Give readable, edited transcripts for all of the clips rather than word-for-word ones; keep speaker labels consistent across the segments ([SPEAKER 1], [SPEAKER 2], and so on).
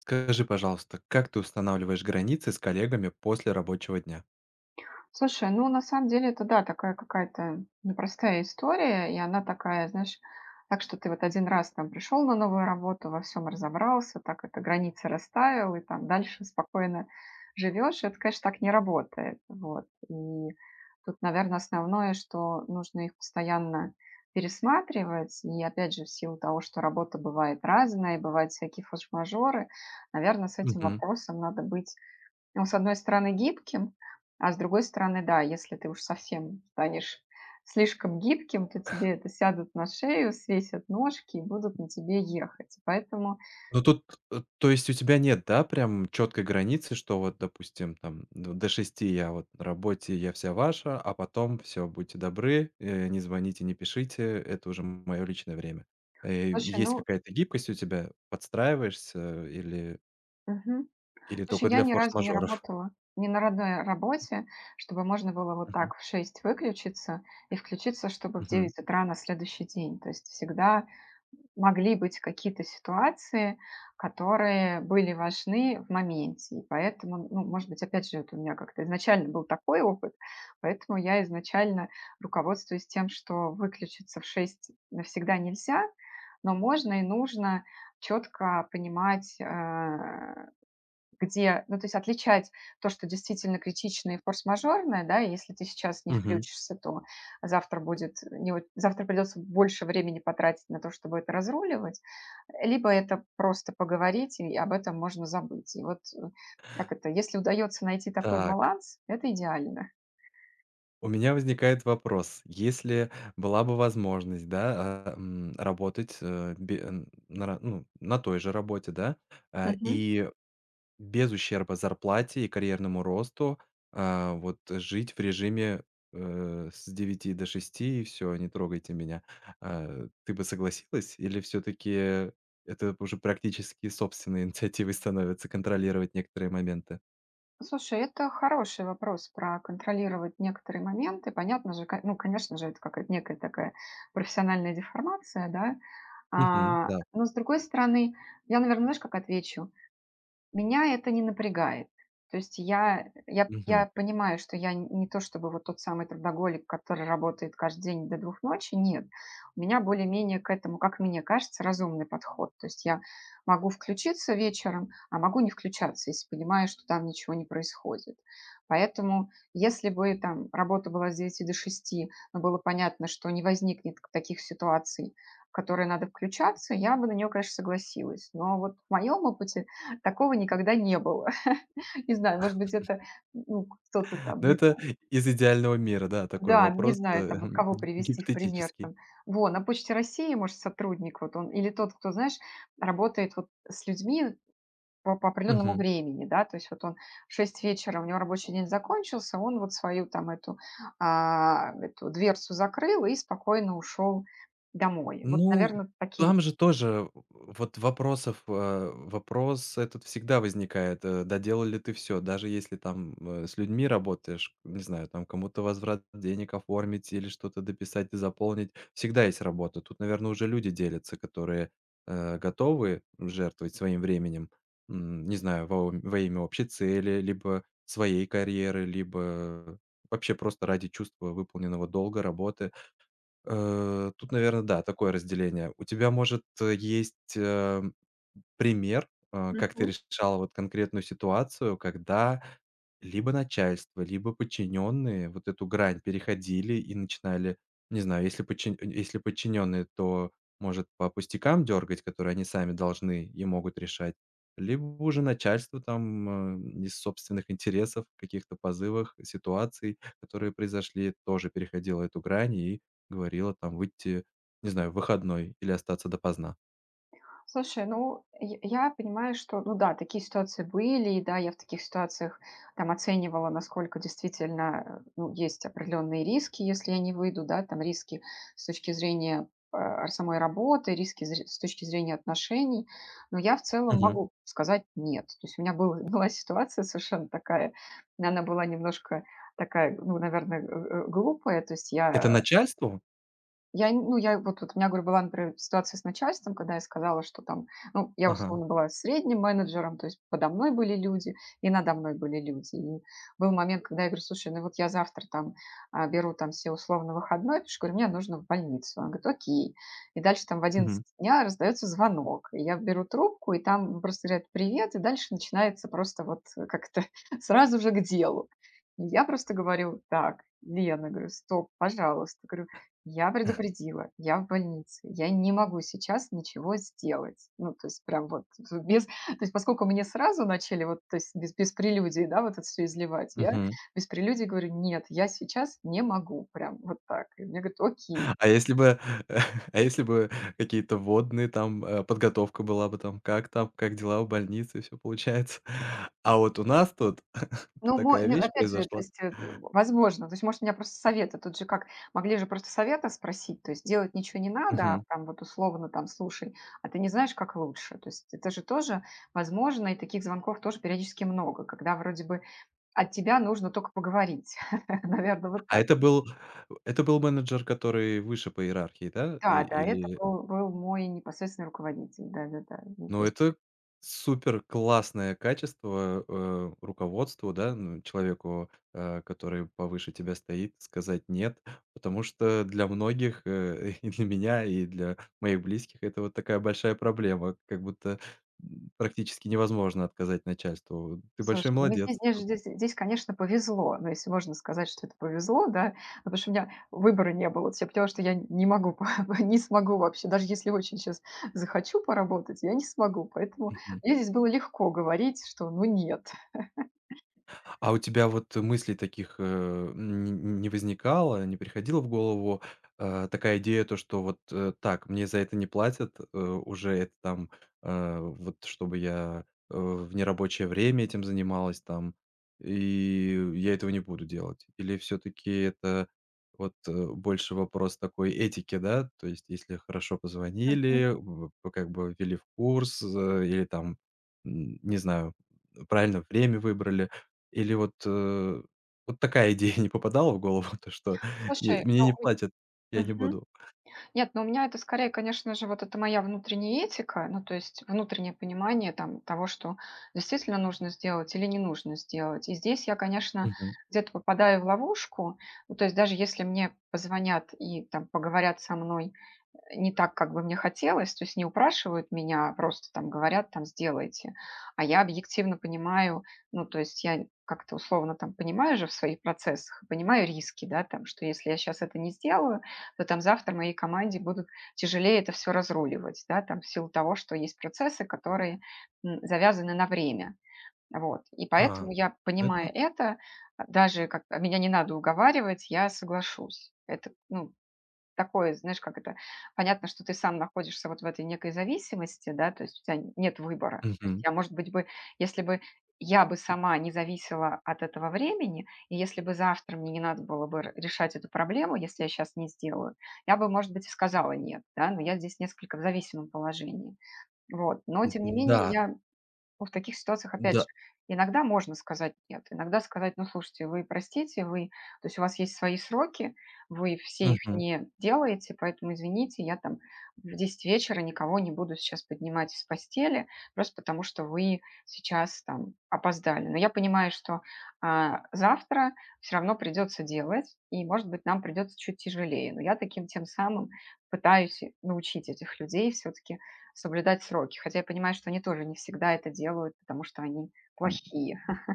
[SPEAKER 1] Скажи, пожалуйста, как ты устанавливаешь границы с коллегами после рабочего дня?
[SPEAKER 2] Слушай, ну, на самом деле, это да, такая какая-то непростая история, и она такая, знаешь, так что ты вот один раз там пришел на новую работу, во всем разобрался, так это границы расставил, и там дальше спокойно живешь, это, конечно, так не работает, вот. И тут, наверное, основное, что нужно их постоянно пересматривать, и опять же, в силу того, что работа бывает разная, и бывают всякие форс-мажоры, наверное, с этим
[SPEAKER 1] Мгм.
[SPEAKER 2] вопросом надо быть ну, с одной стороны, гибким, а с другой стороны, да, если ты уж совсем станешь слишком гибким, то тебе это сядут на шею, свесят ножки и будут на тебе ехать. Поэтому.
[SPEAKER 1] Ну тут, то есть у тебя нет, да, прям четкой границы, что вот, допустим, там до шести я вот на работе, я вся ваша, а потом все, будьте добры, не звоните, не пишите, это уже мое личное время. Э,
[SPEAKER 2] Слушай,
[SPEAKER 1] Есть
[SPEAKER 2] ну.
[SPEAKER 1] какая-то гибкость у тебя, подстраиваешься или,
[SPEAKER 2] Мгм.
[SPEAKER 1] или
[SPEAKER 2] Слушай,
[SPEAKER 1] только
[SPEAKER 2] я
[SPEAKER 1] для
[SPEAKER 2] ни разу не
[SPEAKER 1] форс-мажоров?
[SPEAKER 2] работала не на родной работе, чтобы можно было вот
[SPEAKER 1] Мгм.
[SPEAKER 2] так в 6 выключиться и включиться, чтобы в
[SPEAKER 1] Мгм.
[SPEAKER 2] 9 утра на следующий день. То есть всегда могли быть какие-то ситуации, которые были важны в моменте. И поэтому, ну, может быть, опять же, это у меня как-то изначально был такой опыт, поэтому я изначально руководствуюсь тем, что выключиться в 6 навсегда нельзя, но можно и нужно четко понимать, где, ну, то есть отличать то, что действительно критичное и форс-мажорное, да, и если ты сейчас не
[SPEAKER 1] Мгм.
[SPEAKER 2] включишься, то завтра будет, не, у- завтра придется больше времени потратить на то, чтобы это разруливать, либо это просто поговорить, и об этом можно забыть. И вот как это, если удается найти такой
[SPEAKER 1] Так.
[SPEAKER 2] баланс, это идеально.
[SPEAKER 1] У меня возникает вопрос: если была бы возможность, да, работать, э, бе н на ра ну, на той же работе, да, и без ущерба зарплате и карьерному росту, вот жить в режиме, с девяти до шести и все, не трогайте меня. Ты бы согласилась или все таки это уже практически собственной инициативой становится контролировать некоторые моменты?
[SPEAKER 2] Слушай, это хороший вопрос про контролировать некоторые моменты. Понятно же, ну, конечно же, это какая-то некая такая профессиональная деформация, да.
[SPEAKER 1] Мгм.
[SPEAKER 2] А,
[SPEAKER 1] Да.
[SPEAKER 2] но с другой стороны, я, наверное, знаешь, как отвечу? Меня это не напрягает. То есть я я
[SPEAKER 1] Мгм.
[SPEAKER 2] я понимаю, что я не то чтобы вот тот самый трудоголик, который работает каждый день до 2 ночи. Нет, у меня более-менее к этому, как мне кажется, разумный подход. То есть я могу включиться вечером, а могу не включаться, если понимаю, что там ничего не происходит. Поэтому если бы там работа была с 9 до 6, но было понятно, что не возникнет таких ситуаций, в которые надо включаться, я бы на нее, конечно, согласилась. Но вот в моем опыте такого никогда не было. Не знаю, может быть, это, ну, кто-то там,
[SPEAKER 1] Но
[SPEAKER 2] не
[SPEAKER 1] это
[SPEAKER 2] знаю.
[SPEAKER 1] из идеального мира, да, такой
[SPEAKER 2] Да, не
[SPEAKER 1] вопрос,
[SPEAKER 2] знаю, там, вот кого привести в пример
[SPEAKER 1] гипотетический.
[SPEAKER 2] там. Во, на Почте России, может, сотрудник вот он или тот, кто, знаешь, работает вот с людьми по определенному
[SPEAKER 1] Мгм.
[SPEAKER 2] времени, да, то есть вот он в 6 вечера, у него рабочий день закончился, он вот свою там эту дверцу закрыл и спокойно ушел домой. Вот,
[SPEAKER 1] Ну,
[SPEAKER 2] наверное, такие.
[SPEAKER 1] там же тоже вот вопрос этот всегда возникает, доделал ли ты все? Даже если там, с людьми работаешь, не знаю, там кому-то возврат денег оформить или что-то дописать и заполнить, всегда есть работа. Тут, наверное, уже люди делятся, которые, готовы жертвовать своим временем, не знаю, во имя общей цели, либо своей карьеры, либо вообще просто ради чувства выполненного долга, работы. Тут, наверное, да, такое разделение. У тебя, может, есть, пример, как ты
[SPEAKER 2] Мгм.
[SPEAKER 1] решала вот конкретную ситуацию, когда либо начальство, либо подчиненные вот эту грань переходили и начинали, не знаю, если подчиненные, то, может, по пустякам дергать, которые они сами должны и могут решать, либо уже начальство там, из собственных интересов, каких-то позывах, ситуаций, которые произошли, тоже переходило эту грань и говорила там выйти, не знаю, в выходной или остаться допоздна.
[SPEAKER 2] Слушай, ну, я понимаю, что, ну да, такие ситуации были, и да, я в таких ситуациях там оценивала, насколько действительно, ну, есть определенные риски, если я не выйду, да, там риски с точки зрения самой работы, риски с точки зрения отношений, но я в целом
[SPEAKER 1] Мгм.
[SPEAKER 2] могу сказать нет. То есть у меня был, была ситуация совершенно такая, она была немножко такая, ну, наверное, глупая, то есть
[SPEAKER 1] Это начальству?
[SPEAKER 2] я н ну, я вот у меня, говорю, была, например, ситуация с начальством, когда я сказала, что там, ну, я
[SPEAKER 1] Ага.
[SPEAKER 2] условно была средним менеджером, то есть подо мной были люди и надо мной были люди. И был момент, когда я говорю: "Слушай, ну вот я завтра там, беру там все условно выходной, потому что, говорю, мне нужно в больницу". Она говорит: "Окей". И дальше там в 11
[SPEAKER 1] Мгм.
[SPEAKER 2] дня раздается звонок. И я беру трубку, и там просто говорят: "Привет". И дальше начинается просто вот как-то сразу же к делу. И я просто говорю: "Так, Лена, говорю, стоп, пожалуйста". Говорю, я предупредила, я в больнице, я не могу сейчас ничего сделать. Ну, то есть прям вот без то есть поскольку мне сразу начали вот, то есть без прелюдии, да, вот это все изливать, я
[SPEAKER 1] Мгм.
[SPEAKER 2] без прелюдий говорю: "Нет, я сейчас не могу". Прям вот так. И мне говорят: "Окей".
[SPEAKER 1] А если бы а если бы какие-то водные там, подготовка была бы там, как дела в больнице, все получается. А вот у нас тут
[SPEAKER 2] Ну, мо
[SPEAKER 1] такая
[SPEAKER 2] ну,
[SPEAKER 1] вещь
[SPEAKER 2] опять же, то
[SPEAKER 1] произошла.
[SPEAKER 2] есть, возможно. То есть, может, у меня просто советы тут же как могли же просто совета спросить, то есть делать ничего не надо, а
[SPEAKER 1] Мгм.
[SPEAKER 2] там вот условно там: "Слушай, а ты не знаешь, как лучше?" То есть это же тоже возможно, и таких звонков тоже периодически много, когда вроде бы от тебя нужно только поговорить. Наверное, вот
[SPEAKER 1] А
[SPEAKER 2] так.
[SPEAKER 1] это был менеджер, который выше по иерархии, да? И
[SPEAKER 2] Да, да, это
[SPEAKER 1] или
[SPEAKER 2] был мой непосредственный руководитель. Да-да-да. Ну, то
[SPEAKER 1] Но
[SPEAKER 2] есть.
[SPEAKER 1] это супер классное качество, руководству, да, ну, человеку, который повыше тебя стоит, сказать "нет", потому что для многих, и для меня, и для моих близких это вот такая большая проблема, как будто, практически невозможно отказать начальству. Ты
[SPEAKER 2] Слушай,
[SPEAKER 1] большой
[SPEAKER 2] ну здесь
[SPEAKER 1] молодец.
[SPEAKER 2] мне здесь здесь, конечно, повезло. Ну, если можно сказать, что это повезло, да. Ну, потому что у меня выбора не было. То есть я поняла, что я не могу, по не смогу вообще, даже если очень сейчас захочу поработать, я не смогу. Поэтому
[SPEAKER 1] Мгм.
[SPEAKER 2] мне здесь было легко говорить, что ну нет.
[SPEAKER 1] А у тебя вот мыслей таких, э, н н не возникало, не приходила в голову, такая идея, то что вот, "Так, мне за это не платят, уже это там, вот чтобы я, в нерабочее время этим занималась там, и я этого не буду делать"? Или все таки это вот, больше вопрос такой этики, да? То есть если хорошо
[SPEAKER 2] М,
[SPEAKER 1] позвонили, в как бы ввели в курс, или там, не знаю, правильно время выбрали. Или вот, вот такая идея не попадала в голову, то что не
[SPEAKER 2] слушай,
[SPEAKER 1] мне
[SPEAKER 2] ну,
[SPEAKER 1] не
[SPEAKER 2] у
[SPEAKER 1] платят, я не
[SPEAKER 2] мгм.
[SPEAKER 1] буду.
[SPEAKER 2] Нет, но у меня это скорее, конечно же, вот это моя внутренняя этика, ну, то есть внутреннее понимание там того, что действительно нужно сделать или не нужно сделать. И здесь я, конечно,
[SPEAKER 1] Мгм.
[SPEAKER 2] где-то попадаю в ловушку, ну, то есть даже если мне позвонят и там поговорят со мной не так, как бы мне хотелось, то есть не упрашивают меня, а просто там говорят, там, сделайте. А я объективно понимаю, ну, то есть я как-то условно там понимаю же в своих процессах, понимаю риски, да, там, что если я сейчас это не сделаю, то там завтра моей команде будут тяжелее это все разруливать, да, там, в силу того, что есть процессы, которые завязаны на время. Вот. И
[SPEAKER 1] А,
[SPEAKER 2] поэтому я, понимая
[SPEAKER 1] это
[SPEAKER 2] это, даже меня не надо уговаривать, я соглашусь. Это, ну, такое, знаешь, как это, понятно, что ты сам находишься вот в этой некой зависимости, да, то есть у тебя нет выбора. То есть
[SPEAKER 1] мгм.
[SPEAKER 2] я, может быть, бы, если бы я бы сама не зависела от этого времени, и если бы завтра мне не надо было бы решать эту проблему, если я сейчас не сделаю, я бы, может быть, и сказала нет, да, но я здесь несколько в зависимом положении. Вот. Но,
[SPEAKER 1] М,
[SPEAKER 2] тем не менее,
[SPEAKER 1] да,
[SPEAKER 2] я ну, в таких ситуациях, опять же,
[SPEAKER 1] да.
[SPEAKER 2] иногда можно сказать нет, иногда сказать, ну, слушайте, вы простите, вы, то есть у вас есть свои сроки, вы все их
[SPEAKER 1] Мгм.
[SPEAKER 2] не делаете, поэтому извините, я там в 10 вечера никого не буду сейчас поднимать с постели, просто потому что вы сейчас там опоздали. Но я понимаю, что завтра все равно придется делать, и, может быть, нам придется чуть тяжелее. Но я таким тем самым пытаюсь научить этих людей все-таки соблюдать сроки. Хотя я понимаю, что они тоже не всегда это делают, потому что они плохие.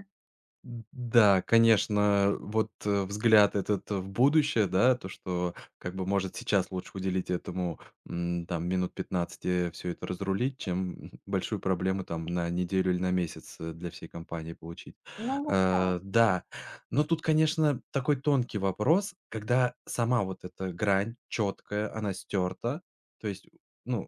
[SPEAKER 1] М, да, конечно, вот, взгляд этот в будущее, да, то, что как бы, может, сейчас лучше уделить этому, там минут 15 все это разрулить, чем большую проблему там на неделю или на месяц, для всей компании получить.
[SPEAKER 2] Ну вот да.
[SPEAKER 1] Э, да, но тут, конечно, такой тонкий вопрос, когда сама вот эта грань четкая, она стерта, то есть, ну,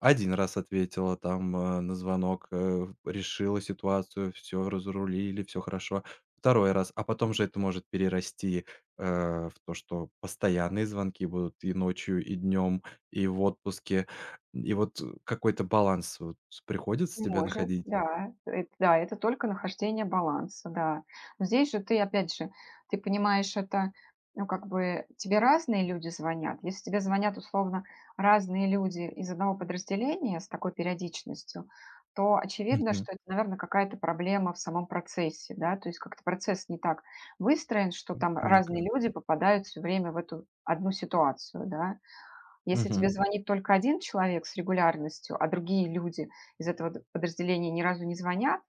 [SPEAKER 1] один раз ответила там, на звонок, решила ситуацию, все разрулили, все хорошо. Второй раз, а потом же это может перерасти, в то, что постоянные звонки будут и ночью, и днем, и в отпуске. И вот какой-то баланс вот приходится тебе
[SPEAKER 2] Может,
[SPEAKER 1] находить.
[SPEAKER 2] да. Эт да, это только нахождение баланса, да. Но здесь же ты, опять же, ты понимаешь, это, ну, как бы тебе разные люди звонят. Если тебе звонят, условно, разные люди из одного подразделения с такой периодичностью, то очевидно,
[SPEAKER 1] Мгм.
[SPEAKER 2] что это, наверное, какая-то проблема в самом процессе, да. То есть как-то процесс не так выстроен, что там разные
[SPEAKER 1] В.
[SPEAKER 2] люди попадают все время в эту одну ситуацию, да. Если тебе
[SPEAKER 1] Мгм.
[SPEAKER 2] звонит только один человек с регулярностью, а другие люди из этого д подразделения ни разу не звонят,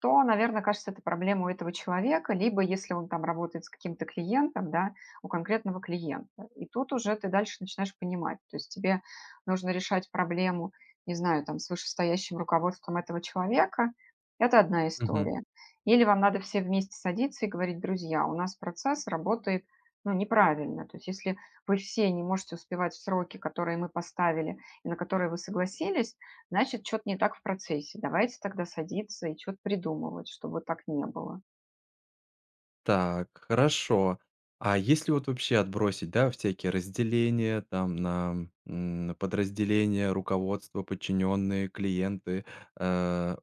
[SPEAKER 2] то, наверное, кажется, это проблема у этого человека, либо если он там работает с каким-то клиентом, да, у конкретного клиента. И тут уже ты дальше начинаешь понимать, то есть тебе нужно решать проблему, не знаю, там, с вышестоящим руководством этого человека, это одна
[SPEAKER 1] Мгм.
[SPEAKER 2] история. Или вам надо все вместе садиться и говорить, друзья, у нас процесс работает ну, неправильно. То есть если вы все не можете успевать в сроки, которые мы поставили и на которые вы согласились, значит, что-то не так в процессе. Давайте тогда садиться и что-то придумывать, чтобы так не было.
[SPEAKER 1] Так, хорошо. А если вот вообще отбросить, да, всякие разделения там на, на подразделения, руководство, подчиненные, клиенты, э,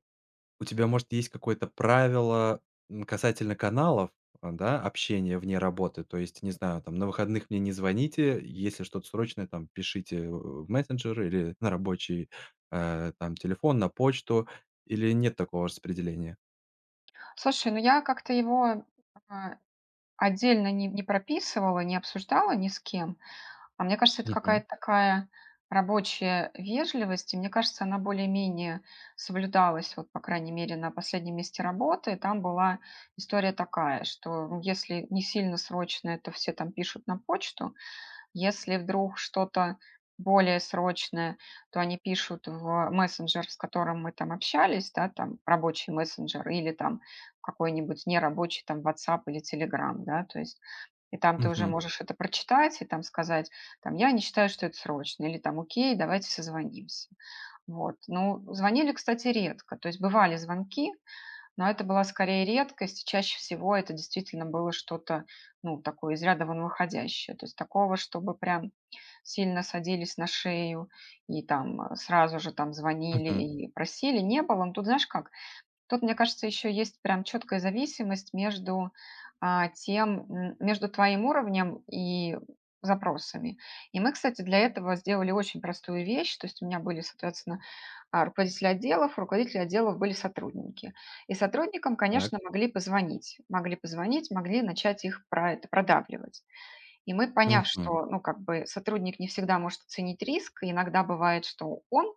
[SPEAKER 1] у тебя, может, есть какое-то правило касательно каналов, да, общения вне работы? То есть, не знаю, там, на выходных мне не звоните, если что-то срочное, там, пишите в мессенджер или на рабочий, там, телефон, на почту, или нет такого распределения?
[SPEAKER 2] Слушай, ну я как-то его а, отдельно не прописывала, не обсуждала ни с кем. А мне кажется, это
[SPEAKER 1] Мгм.
[SPEAKER 2] какая-то такая рабочая вежливость, и мне кажется, она более-менее соблюдалась, вот, по крайней мере, на последнем месте работы. Там была история такая, что ну, если не сильно срочно, то все там пишут на почту, если вдруг что-то более срочное, то они пишут в мессенджер, с которым мы там общались, да, там рабочий мессенджер или там какой-нибудь нерабочий там WhatsApp или Telegram, да, то есть и там ты уже
[SPEAKER 1] Мгм.
[SPEAKER 2] можешь это прочитать и там сказать, там, я не считаю, что это срочно, или там, окей, давайте созвонимся. Вот. Ну, звонили, кстати, редко. То есть бывали звонки, но это была скорее редкость. Чаще всего это действительно было что-то, ну, такое из ряда вон выходящее. То есть такого, чтобы прям сильно садились на шею и там сразу же там звонили
[SPEAKER 1] Мгм.
[SPEAKER 2] и просили, не было. Ну, тут знаешь как, тут, мне кажется, еще есть прям четкая зависимость между между твоим уровнем и запросами. И мы, кстати, для этого сделали очень простую вещь. То есть у меня были, соответственно, руководители отделов были сотрудники. И сотрудникам,
[SPEAKER 1] Так.
[SPEAKER 2] конечно, могли позвонить. Могли позвонить, могли начать их про это продавливать. И мы, поняв,
[SPEAKER 1] Мгм.
[SPEAKER 2] что, ну, как бы сотрудник не всегда может оценить риск, иногда бывает, что он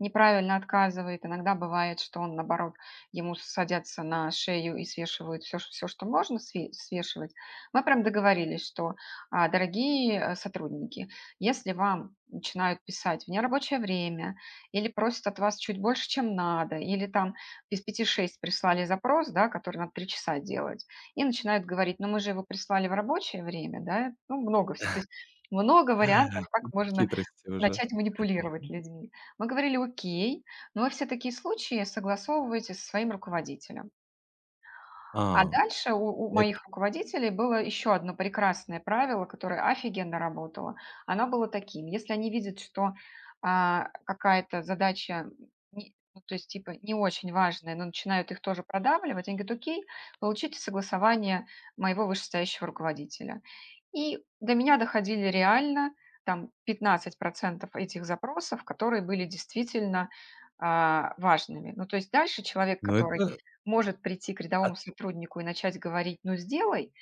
[SPEAKER 2] неправильно отказывает, иногда бывает, что он, наоборот, ему садятся на шею и свешивают все, все что можно свешивать. Мы прям договорились, что, «А, дорогие сотрудники, если вам начинают писать в нерабочее время или просят от вас чуть больше, чем надо, или там без пяти шесть прислали запрос, да, который надо 3 часа делать, и начинают говорить: "Ну, мы же его прислали в рабочее время, да?" Ну, много всего, то есть много вариантов, как
[SPEAKER 1] Тут
[SPEAKER 2] можно
[SPEAKER 1] хитрости уже.
[SPEAKER 2] начать манипулировать людьми. Мы говорили: "Окей, но вы все такие случаи согласовываете со своим руководителем". А
[SPEAKER 1] А,
[SPEAKER 2] дальше у
[SPEAKER 1] это,
[SPEAKER 2] моих руководителей было еще одно прекрасное правило, которое офигенно работало. Оно было таким: если они видят, что, какая-то задача не ну, то есть, типа, не очень важная, но начинают их тоже продавливать, они говорят: "Окей, получите согласование моего вышестоящего руководителя". И до меня доходили реально там 15 этих запросов, которые были действительно, важными. Ну, то есть дальше человек,
[SPEAKER 1] ну
[SPEAKER 2] который
[SPEAKER 1] это
[SPEAKER 2] может прийти к
[SPEAKER 1] а,
[SPEAKER 2] рядовому сотруднику и начать говорить: "Ну, сделай".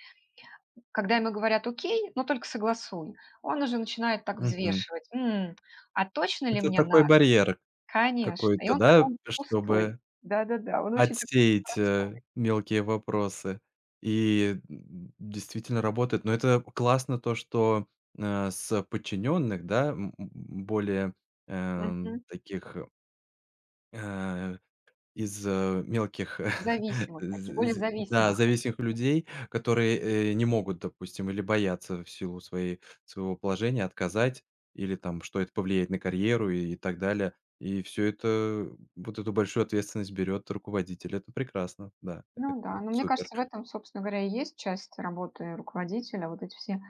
[SPEAKER 2] Когда ему говорят: "Окей, но только согласуй", он уже начинает так
[SPEAKER 1] мгм.
[SPEAKER 2] взвешивать: "М, а точно ли
[SPEAKER 1] Это
[SPEAKER 2] мне
[SPEAKER 1] такой
[SPEAKER 2] надо?"
[SPEAKER 1] барьер
[SPEAKER 2] Конечно. И
[SPEAKER 1] какой-то,
[SPEAKER 2] он та
[SPEAKER 1] да,
[SPEAKER 2] он пустой.
[SPEAKER 1] чтобы
[SPEAKER 2] Да-да-да, он очень такой
[SPEAKER 1] отсеять,
[SPEAKER 2] простой.
[SPEAKER 1] мелкие вопросы. И, действительно работает. Но это классно то, что, с подчиненных, да, более,
[SPEAKER 2] Мгм.
[SPEAKER 1] таких, э из, мелких,
[SPEAKER 2] Зависимых таких,
[SPEAKER 1] з
[SPEAKER 2] более
[SPEAKER 1] з да,
[SPEAKER 2] зависимых.
[SPEAKER 1] зависимых людей, которые, не могут, допустим, или боятся в силу своей своего положения отказать, или там, что это повлияет на карьеру и так далее. И все это, вот эту большую ответственность берет руководитель. Это прекрасно, да, это
[SPEAKER 2] Ну да, но мне
[SPEAKER 1] супер.
[SPEAKER 2] кажется, в этом, собственно говоря, и есть часть работы руководителя, вот эти все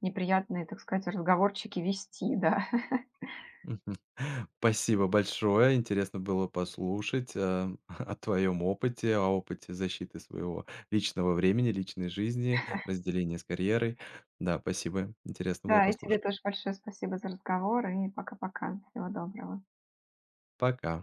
[SPEAKER 2] неприятные, так сказать, разговорчики вести, да.
[SPEAKER 1] Мгм. Спасибо большое. Интересно было послушать, о твоем опыте, о опыте защиты своего личного времени, личной жизни, разделения с карьерой. Да, спасибо. Интересно было
[SPEAKER 2] Да, и тебе
[SPEAKER 1] послушать.
[SPEAKER 2] тоже большое спасибо за разговор, и пока-пока. Всего доброго.
[SPEAKER 1] Пока.